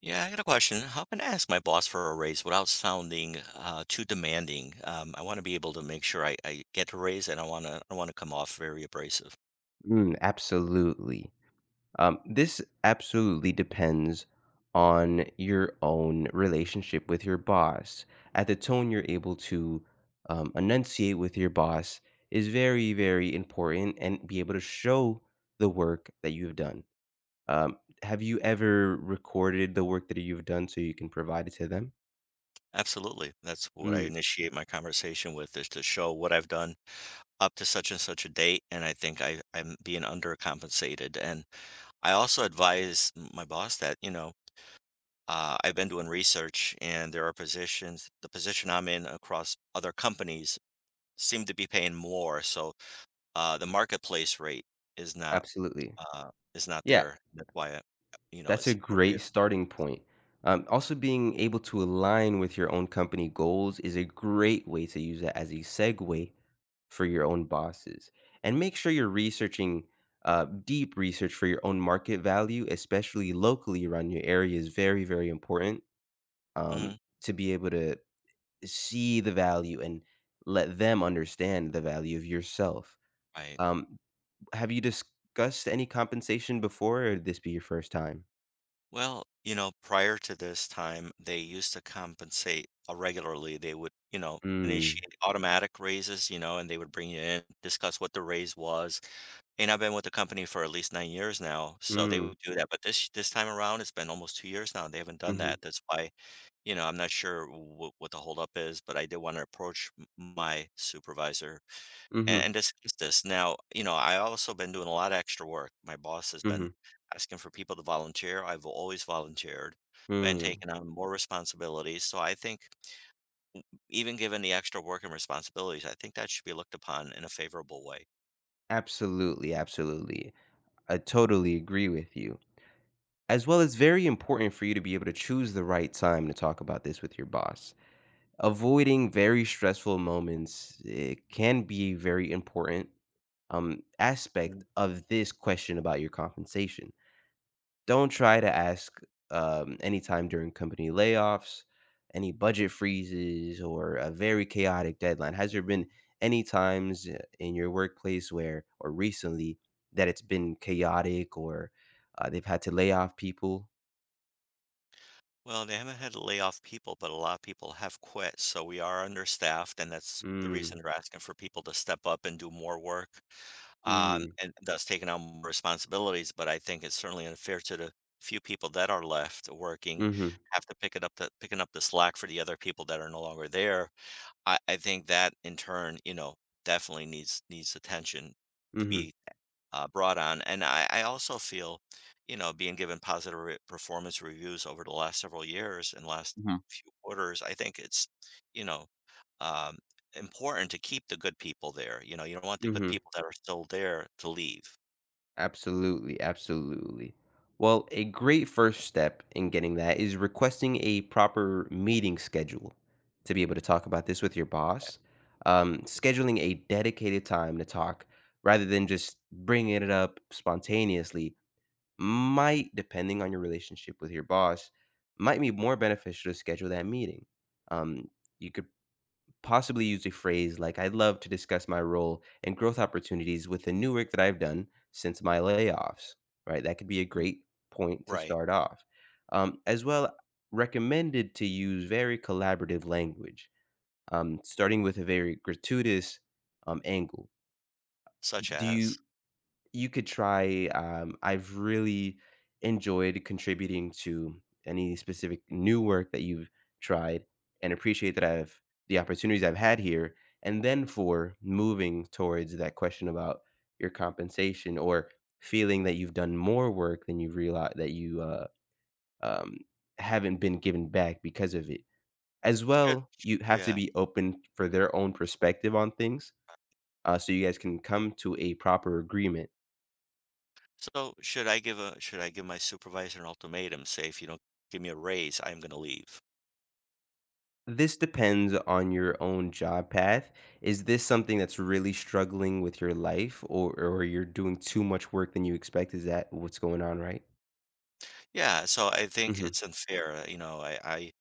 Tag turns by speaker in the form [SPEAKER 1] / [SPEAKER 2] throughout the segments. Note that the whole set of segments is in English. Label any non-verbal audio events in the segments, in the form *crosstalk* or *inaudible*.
[SPEAKER 1] Yeah, I got a question. How can I ask my boss for a raise without sounding too demanding? I want to be able to make sure I get a raise, and I want to come off very abrasive.
[SPEAKER 2] Mm, absolutely. This absolutely depends on your own relationship with your boss. At the tone you're able to enunciate with your boss is very, very important, and be able to show the work that you've done. Um, have you ever recorded the work that you've done so you can provide it to them?
[SPEAKER 1] Absolutely, that's what I
[SPEAKER 2] Mm,
[SPEAKER 1] initiate my conversation with is to show what I've done up to such and such a date, and I think I'm being undercompensated. And I also advise my boss that I've been doing research, and the position I'm in across other companies seem to be paying more. So the marketplace rate is not,
[SPEAKER 2] absolutely.
[SPEAKER 1] uh, is not
[SPEAKER 2] Yeah,
[SPEAKER 1] there. That's why,
[SPEAKER 2] that's a
[SPEAKER 1] it's
[SPEAKER 2] great
[SPEAKER 1] appropriate.
[SPEAKER 2] starting point. Also, being able to align with your own company goals is a great way to use that as a segue for your own bosses. And make sure you're researching deep research for your own market value, especially locally around your area, is very, very important. um,
[SPEAKER 1] Mhm.
[SPEAKER 2] to be able to see the value and let them understand the value of yourself.
[SPEAKER 1] Right.
[SPEAKER 2] Um, have you discussed any compensation before, or would this be your first time?
[SPEAKER 1] Well, you know, prior to this time, they used to compensate, regularly. They would, you know,
[SPEAKER 2] Mm,
[SPEAKER 1] initiate automatic raises, you know, and they would bring you in, discuss what the raise was. And I've been with the company for at least 9 years now, so they
[SPEAKER 2] mm.
[SPEAKER 1] would do that. But this time around, it's been almost 2 years now, they haven't done
[SPEAKER 2] Mhm,
[SPEAKER 1] that. That's why, you know, I'm not sure wh what the holdup is, but I did wanna approach m my supervisor and,
[SPEAKER 2] mhm,
[SPEAKER 1] and discuss this. Now, you know, I also been doing a lot of extra work. My boss has
[SPEAKER 2] mhm,
[SPEAKER 1] been asking for people to volunteer. I've always volunteered, been
[SPEAKER 2] mm.
[SPEAKER 1] taking on more responsibilities. So I think even given the extra work and responsibilities, I think that should be looked upon in a favorable way.
[SPEAKER 2] Absolutely, absolutely. I totally agree with you. As well, it's very important for you to be able to choose the right time to talk about this with your boss. Avoiding very stressful moments, it can be a very important aspect of this question about your compensation. Don't try to ask, anytime during company layoffs, any budget freezes, or a very chaotic deadline. Has there been any times I in your workplace where, or recently, that it's been chaotic, or they've had to lay off people?
[SPEAKER 1] Well, they haven't had to lay off people, but a lot of people have quit, so we are understaffed, and that's the reason
[SPEAKER 2] Mm,
[SPEAKER 1] they're asking for people to step up and do more work,
[SPEAKER 2] mm,
[SPEAKER 1] and thus taking on more responsibilities, but I think it's certainly unfair to the few people that are left working,
[SPEAKER 2] mhm,
[SPEAKER 1] have to picking up the slack for the other people that are no longer there. I think that in turn, you know, definitely needs attention to
[SPEAKER 2] mhm,
[SPEAKER 1] be brought on. And I also feel, you know, being given positive performance reviews over the last several years and last
[SPEAKER 2] mhm,
[SPEAKER 1] few quarters, I think it's, you know, um, important to keep the good people there. You know, you don't want the good
[SPEAKER 2] mhm.
[SPEAKER 1] people that are still there to leave.
[SPEAKER 2] Absolutely, absolutely. Well, a great first step in getting that is requesting a proper meeting schedule to be able to talk about this with your boss. Scheduling a dedicated time to talk rather than just bringing it up spontaneously might, depending on your relationship with your boss, might be more beneficial to schedule that meeting. Um, you could possibly use a phrase like, "I'd love to discuss my role and growth opportunities with the new work that I've done since my layoffs," right? That could be a
[SPEAKER 1] Mm.
[SPEAKER 2] great point to
[SPEAKER 1] Right.
[SPEAKER 2] start off. As well, recommended to use very collaborative language, starting with a very gratuitous angle.
[SPEAKER 1] Such
[SPEAKER 2] Do you
[SPEAKER 1] as
[SPEAKER 2] You could try, I've really enjoyed contributing to any specific new work that you've tried, and appreciate that I've the opportunities I've had here. And then for moving towards that question about your compensation, or feeling that you've done more work than you realize, that you um, haven't been given back because of it. As well, you have to
[SPEAKER 1] yeah.
[SPEAKER 2] be open for their own perspective on things, so you guys can come to a proper agreement.
[SPEAKER 1] So should I give my supervisor an ultimatum? Say if you don't give me a raise, I'm going to leave.
[SPEAKER 2] This depends on your own job path. Is this something that's really struggling with your life, or you're doing too much work than you expect? Is that what's going on, right?
[SPEAKER 1] Yeah. So I think
[SPEAKER 2] Mhm.
[SPEAKER 1] it's unfair. You know, I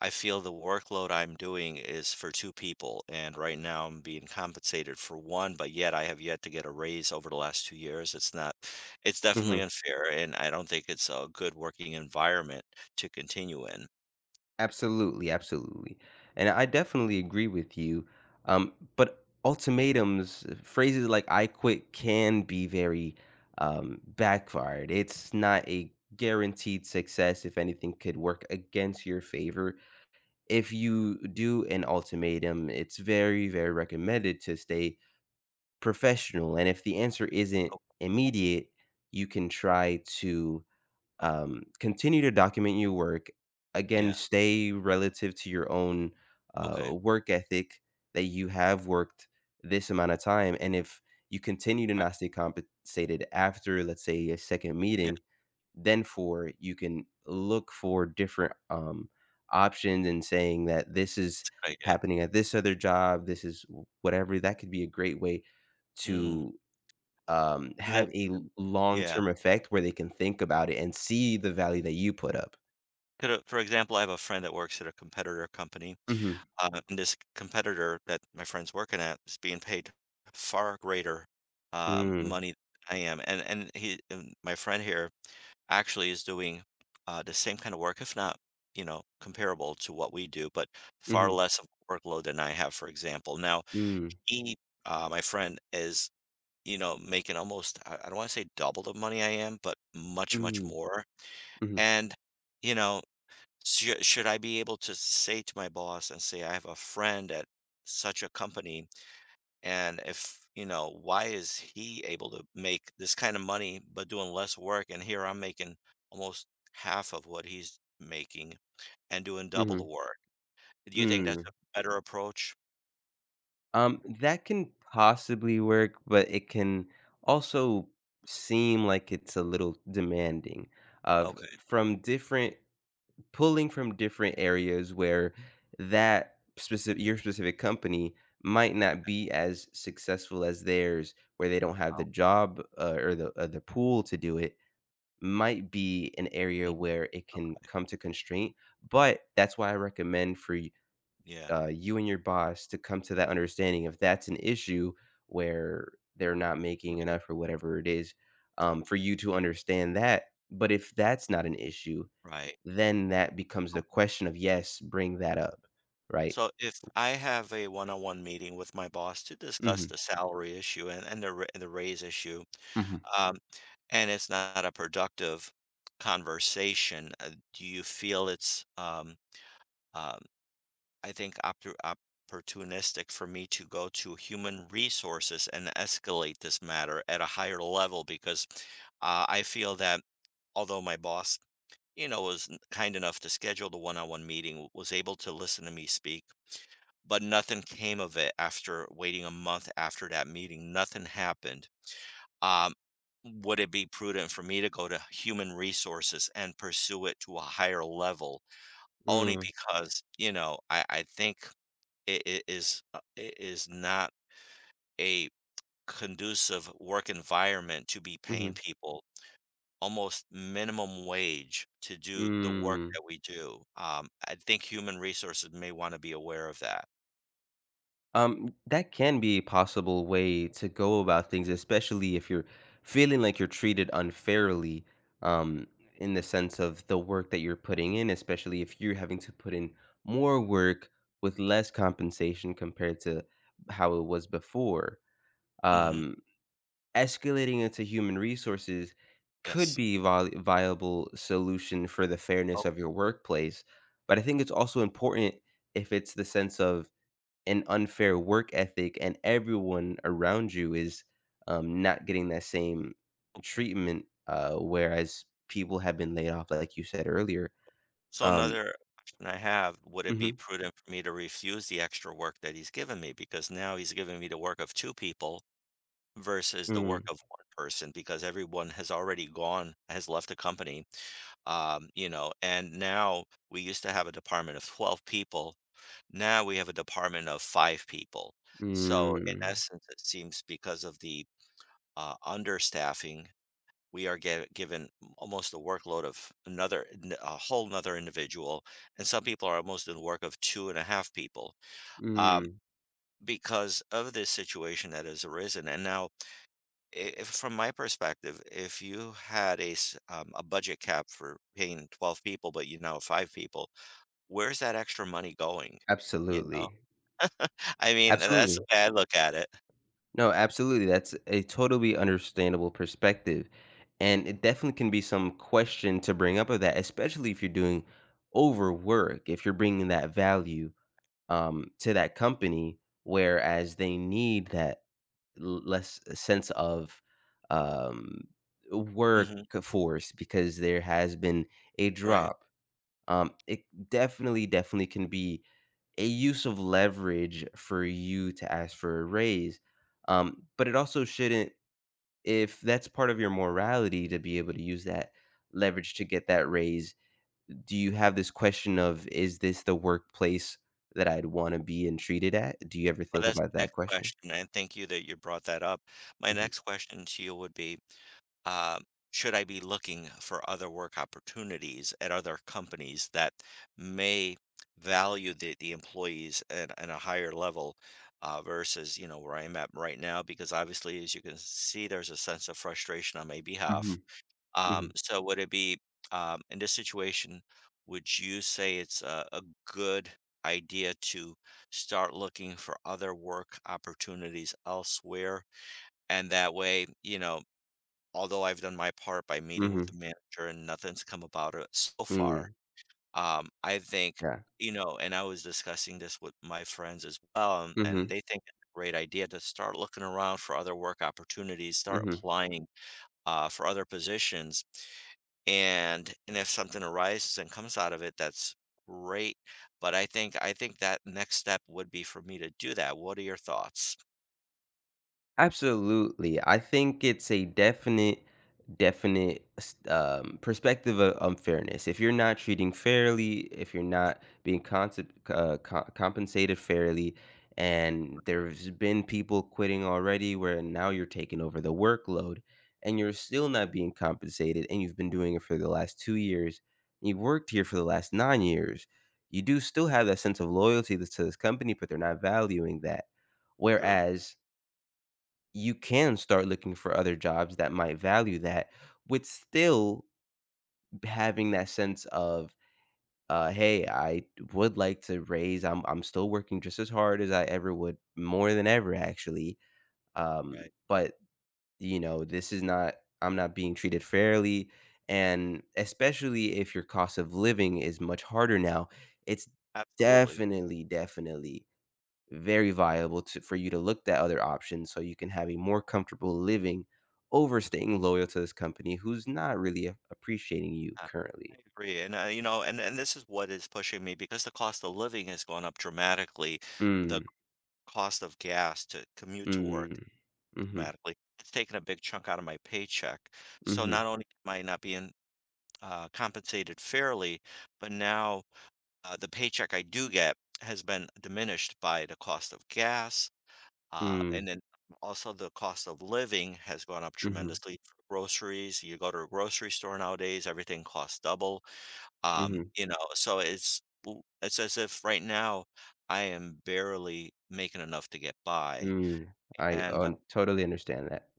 [SPEAKER 1] I feel the workload I'm doing is for two people, and right now I'm being compensated for one, but yet I have yet to get a raise over the last 2 years. It's not, It's definitely
[SPEAKER 2] Mhm.
[SPEAKER 1] unfair, and I don't think it's a good working environment to continue in.
[SPEAKER 2] Absolutely, absolutely. And I definitely agree with you. But ultimatums, phrases like "I quit" can be very backfired. It's not a guaranteed success, if anything could work against your favor. If you do an ultimatum, it's very, very recommended to stay professional. And if the answer isn't
[SPEAKER 1] Oh,
[SPEAKER 2] immediate, you can try to continue to document your work. Again,
[SPEAKER 1] yeah.
[SPEAKER 2] stay relative to your own
[SPEAKER 1] Okay.
[SPEAKER 2] work ethic that you have worked this amount of time. And if you continue to
[SPEAKER 1] Right.
[SPEAKER 2] not stay compensated after, let's say, a second
[SPEAKER 1] Yeah.
[SPEAKER 2] meeting, then for you can look for different options and saying that this is
[SPEAKER 1] Good idea.
[SPEAKER 2] happening at this other job, this is whatever, that could be a great way
[SPEAKER 1] Mm.
[SPEAKER 2] to
[SPEAKER 1] That,
[SPEAKER 2] have a
[SPEAKER 1] yeah.
[SPEAKER 2] long-term effect where they can think about it and see the value that you put up.
[SPEAKER 1] For example, I have a friend that works at a competitor company.
[SPEAKER 2] Mm-hmm.
[SPEAKER 1] And this competitor that my friend's working at is being paid far greater,
[SPEAKER 2] Mm-hmm.
[SPEAKER 1] money than I am, and he and my friend here actually is doing, the same kind of work, if not, you know, comparable to what we do, but far
[SPEAKER 2] Mm-hmm.
[SPEAKER 1] less of workload than I have, for example. Now,
[SPEAKER 2] Mm-hmm.
[SPEAKER 1] he, my friend is, making almost, I don't wanna say double the money I am, but much, much
[SPEAKER 2] Mm-hmm.
[SPEAKER 1] more,
[SPEAKER 2] Mm-hmm.
[SPEAKER 1] and, you know, should I be able to say to my boss and say, I have a friend at such a company, and if you know, why is he able to make this kind of money but doing less work? And here I'm making almost half of what he's making and doing double the
[SPEAKER 2] Mm-hmm.
[SPEAKER 1] work. Do you think that's a
[SPEAKER 2] Mm-hmm.
[SPEAKER 1] better approach?
[SPEAKER 2] That can possibly work, but it can also seem like it's a little demanding of
[SPEAKER 1] Okay.
[SPEAKER 2] from different, pulling from different areas where that specific your specific company might not be as successful as theirs, where they don't have the
[SPEAKER 1] I'll-
[SPEAKER 2] job or the pool to do it, might be an area
[SPEAKER 1] mm,
[SPEAKER 2] where it can come to constraint, but that's why I recommend for
[SPEAKER 1] Yeah.
[SPEAKER 2] you and your boss to come to that understanding if that's an issue, where they're not making
[SPEAKER 1] Right.
[SPEAKER 2] enough or whatever it is, for you to understand that. But if that's not an issue,
[SPEAKER 1] Right.
[SPEAKER 2] then that becomes the
[SPEAKER 1] So
[SPEAKER 2] question of, yes, bring that up, right?
[SPEAKER 1] so if I have a one-on-one meeting with my boss to discuss
[SPEAKER 2] Mm-hmm.
[SPEAKER 1] the salary issue and the raise issue,
[SPEAKER 2] Mm-hmm.
[SPEAKER 1] um, and it's not a productive conversation. Do you feel it's, um, I think, opportunistic for me to go to human resources and escalate this matter at a higher level? Because I feel that although my boss, you know, kind enough to schedule the one on one meeting, was able to listen to me speak, but nothing came of it after waiting a month after that meeting. Nothing happened. um, would it be prudent for me to go to human resources and pursue it to a higher level only
[SPEAKER 2] Mm-hmm. Mm.
[SPEAKER 1] because I think it is not a conducive work environment to be
[SPEAKER 2] Mhm, mhm, mm hmm,
[SPEAKER 1] paying
[SPEAKER 2] mm
[SPEAKER 1] people almost minimum wage to
[SPEAKER 2] hmm,
[SPEAKER 1] do the
[SPEAKER 2] mm
[SPEAKER 1] work
[SPEAKER 2] hmm, mm.
[SPEAKER 1] that we do. I think human resources may want to be aware of that.
[SPEAKER 2] That can be a possible way to go about things, especially if you're feeling like you're treated unfairly, um, in the sense of the work that you're putting in, especially if you're having to put in more work with less compensation compared to how it was before.
[SPEAKER 1] Hmm.
[SPEAKER 2] Um, Escalating it to human resources could
[SPEAKER 1] Yes.
[SPEAKER 2] be a viable solution for the fairness of your workplace, but I think it's also important if it's the sense of an unfair work ethic and everyone around you is not getting that same
[SPEAKER 1] Okay.
[SPEAKER 2] treatment, whereas people have been laid off like you said earlier.
[SPEAKER 1] So
[SPEAKER 2] um
[SPEAKER 1] another question I have, would it
[SPEAKER 2] mhm,
[SPEAKER 1] be prudent for me to refuse the extra work that he's given me? Because now he's given me the work of two people versus the work
[SPEAKER 2] mm,
[SPEAKER 1] of one person because everyone has already gone, has left the company. You know, and now we used to have a department of 12 people. Now we have a department of 5 people. So in
[SPEAKER 2] mm,
[SPEAKER 1] essence, it seems because of the understaffing given almost the workload of a whole another individual, and some people are almost in the work of two and a half people, um,
[SPEAKER 2] mm,
[SPEAKER 1] because of this situation that has arisen. And now I if, from my perspective, if you had a budget cap for paying 12 people but you now have 5 people, where's that extra money going, you know?
[SPEAKER 2] absolutely,
[SPEAKER 1] *laughs* I mean, that's the
[SPEAKER 2] absolutely.
[SPEAKER 1] way I look at it.
[SPEAKER 2] No, absolutely, that's a totally understandable perspective, and it definitely can be some question to bring up of that, especially if you're doing overwork, if you're bringing that value to that company, whereas they need that less sense of um,
[SPEAKER 1] Hmm.
[SPEAKER 2] workforce because there has been a
[SPEAKER 1] Right.
[SPEAKER 2] drop. It definitely, definitely can be a use of leverage for you to ask for a raise, but it also shouldn't. If that's part of your morality to be able to use that leverage to get that raise, do you have this question of, "Is this the workplace that I'd wanna be and treated at?" Do you ever
[SPEAKER 1] Well,
[SPEAKER 2] think
[SPEAKER 1] that's
[SPEAKER 2] about
[SPEAKER 1] the
[SPEAKER 2] that
[SPEAKER 1] next
[SPEAKER 2] question?
[SPEAKER 1] question, and thank you that you brought that up. My
[SPEAKER 2] Mhm.
[SPEAKER 1] next question to you would be, um, should I be looking for other work opportunities at other companies that may value the employees at a higher level, versus you know where I'm at right now? Because obviously, as you can see, there's a sense of frustration on my behalf.
[SPEAKER 2] Mhm. Mhm.
[SPEAKER 1] So would it be in this situation? Would you say it's a good idea to start looking for other work opportunities elsewhere? And that way, you know, although I've done my part by meeting with
[SPEAKER 2] Mhm.
[SPEAKER 1] the manager and nothing's come about it so far,
[SPEAKER 2] Mm.
[SPEAKER 1] I think,
[SPEAKER 2] Yeah.
[SPEAKER 1] you know, and I was discussing this with my friends as well, and
[SPEAKER 2] Mhm.
[SPEAKER 1] they think it's a great idea to start looking around for other work opportunities, start
[SPEAKER 2] Mhm.
[SPEAKER 1] applying for other positions, and if something arises and comes out of it, that's great. But I think that next step would be for me to do that. What are your thoughts?
[SPEAKER 2] Absolutely. I think it's a definite, definite perspective of unfairness. If you're not treating fairly, if you're not being compensated fairly, and there's been people quitting already where now you're taking over the workload, and you're still not being compensated, and you've been doing it for the last 2 years, and you've worked here for the last 9 years, you do still have that sense of loyalty to this company, but they're not valuing that.
[SPEAKER 1] True.
[SPEAKER 2] Whereas you can start looking for other jobs that might value that, with still having that sense of hey, I would like to raise. I'm still working just as hard as I ever would, more than ever actually, um,
[SPEAKER 1] Right.
[SPEAKER 2] but you know, this is not, I'm not being treated fairly, and especially if your cost of living is much harder now, it's
[SPEAKER 1] Absolutely.
[SPEAKER 2] definitely, definitely very viable to, for you to look at other options so you can have a more comfortable living over staying loyal to this company who's not really appreciating you
[SPEAKER 1] I
[SPEAKER 2] currently.
[SPEAKER 1] I agree, and, you know, and this is what is pushing me because the cost of living has gone up dramatically. The
[SPEAKER 2] Mm,
[SPEAKER 1] cost of gas to commute to work
[SPEAKER 2] mm, mm-hmm,
[SPEAKER 1] dramatically. It's taken a big chunk out of my paycheck. So
[SPEAKER 2] mm-hmm,
[SPEAKER 1] not only am I not being compensated fairly, but now the paycheck I do get has been diminished by the cost of gas,
[SPEAKER 2] mm,
[SPEAKER 1] and then also the cost of living has gone up
[SPEAKER 2] mm-hmm,
[SPEAKER 1] tremendously. Groceries, you go to a grocery store nowadays, everything costs double.
[SPEAKER 2] mm-hmm,
[SPEAKER 1] You know, so it's as if right now I am barely making enough to get by,
[SPEAKER 2] mm. I
[SPEAKER 1] and,
[SPEAKER 2] totally understand that.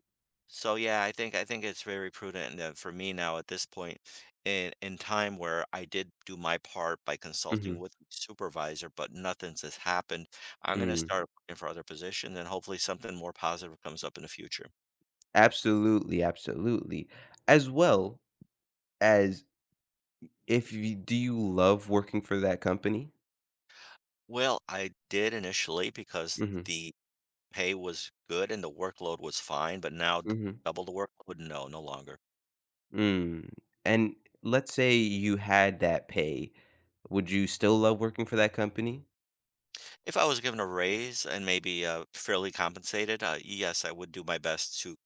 [SPEAKER 1] so yeah, I think it's very prudent that for me now at this point in time where I did do my part by
[SPEAKER 2] Mm-hmm,
[SPEAKER 1] consulting with my supervisor, but nothing's has happened, I'm gonna
[SPEAKER 2] mm.
[SPEAKER 1] start looking for other positions and hopefully something more positive comes up in the future.
[SPEAKER 2] Absolutely, absolutely. As well, as if you do you love working for that company?
[SPEAKER 1] Well, I did initially because
[SPEAKER 2] Mm-hmm,
[SPEAKER 1] the pay was good and the workload was fine, but now
[SPEAKER 2] mm-hmm.
[SPEAKER 1] double the workload? No, no longer.
[SPEAKER 2] Mm, and let's say you had that pay, would you still love working for that company?
[SPEAKER 1] If I was given a raise and maybe fairly compensated, yes, I would do my best to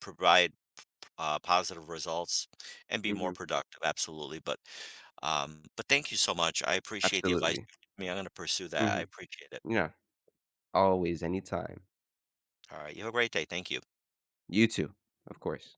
[SPEAKER 1] provide positive results and be more
[SPEAKER 2] Mhm,
[SPEAKER 1] productive. Absolutely. But thank you so much. I appreciate the advice
[SPEAKER 2] absolutely.
[SPEAKER 1] you gave me. I'm going to pursue that. I
[SPEAKER 2] Mhm,
[SPEAKER 1] appreciate it.
[SPEAKER 2] yeah, always, anytime.
[SPEAKER 1] All right. You have a great day. Thank you.
[SPEAKER 2] You too, of course.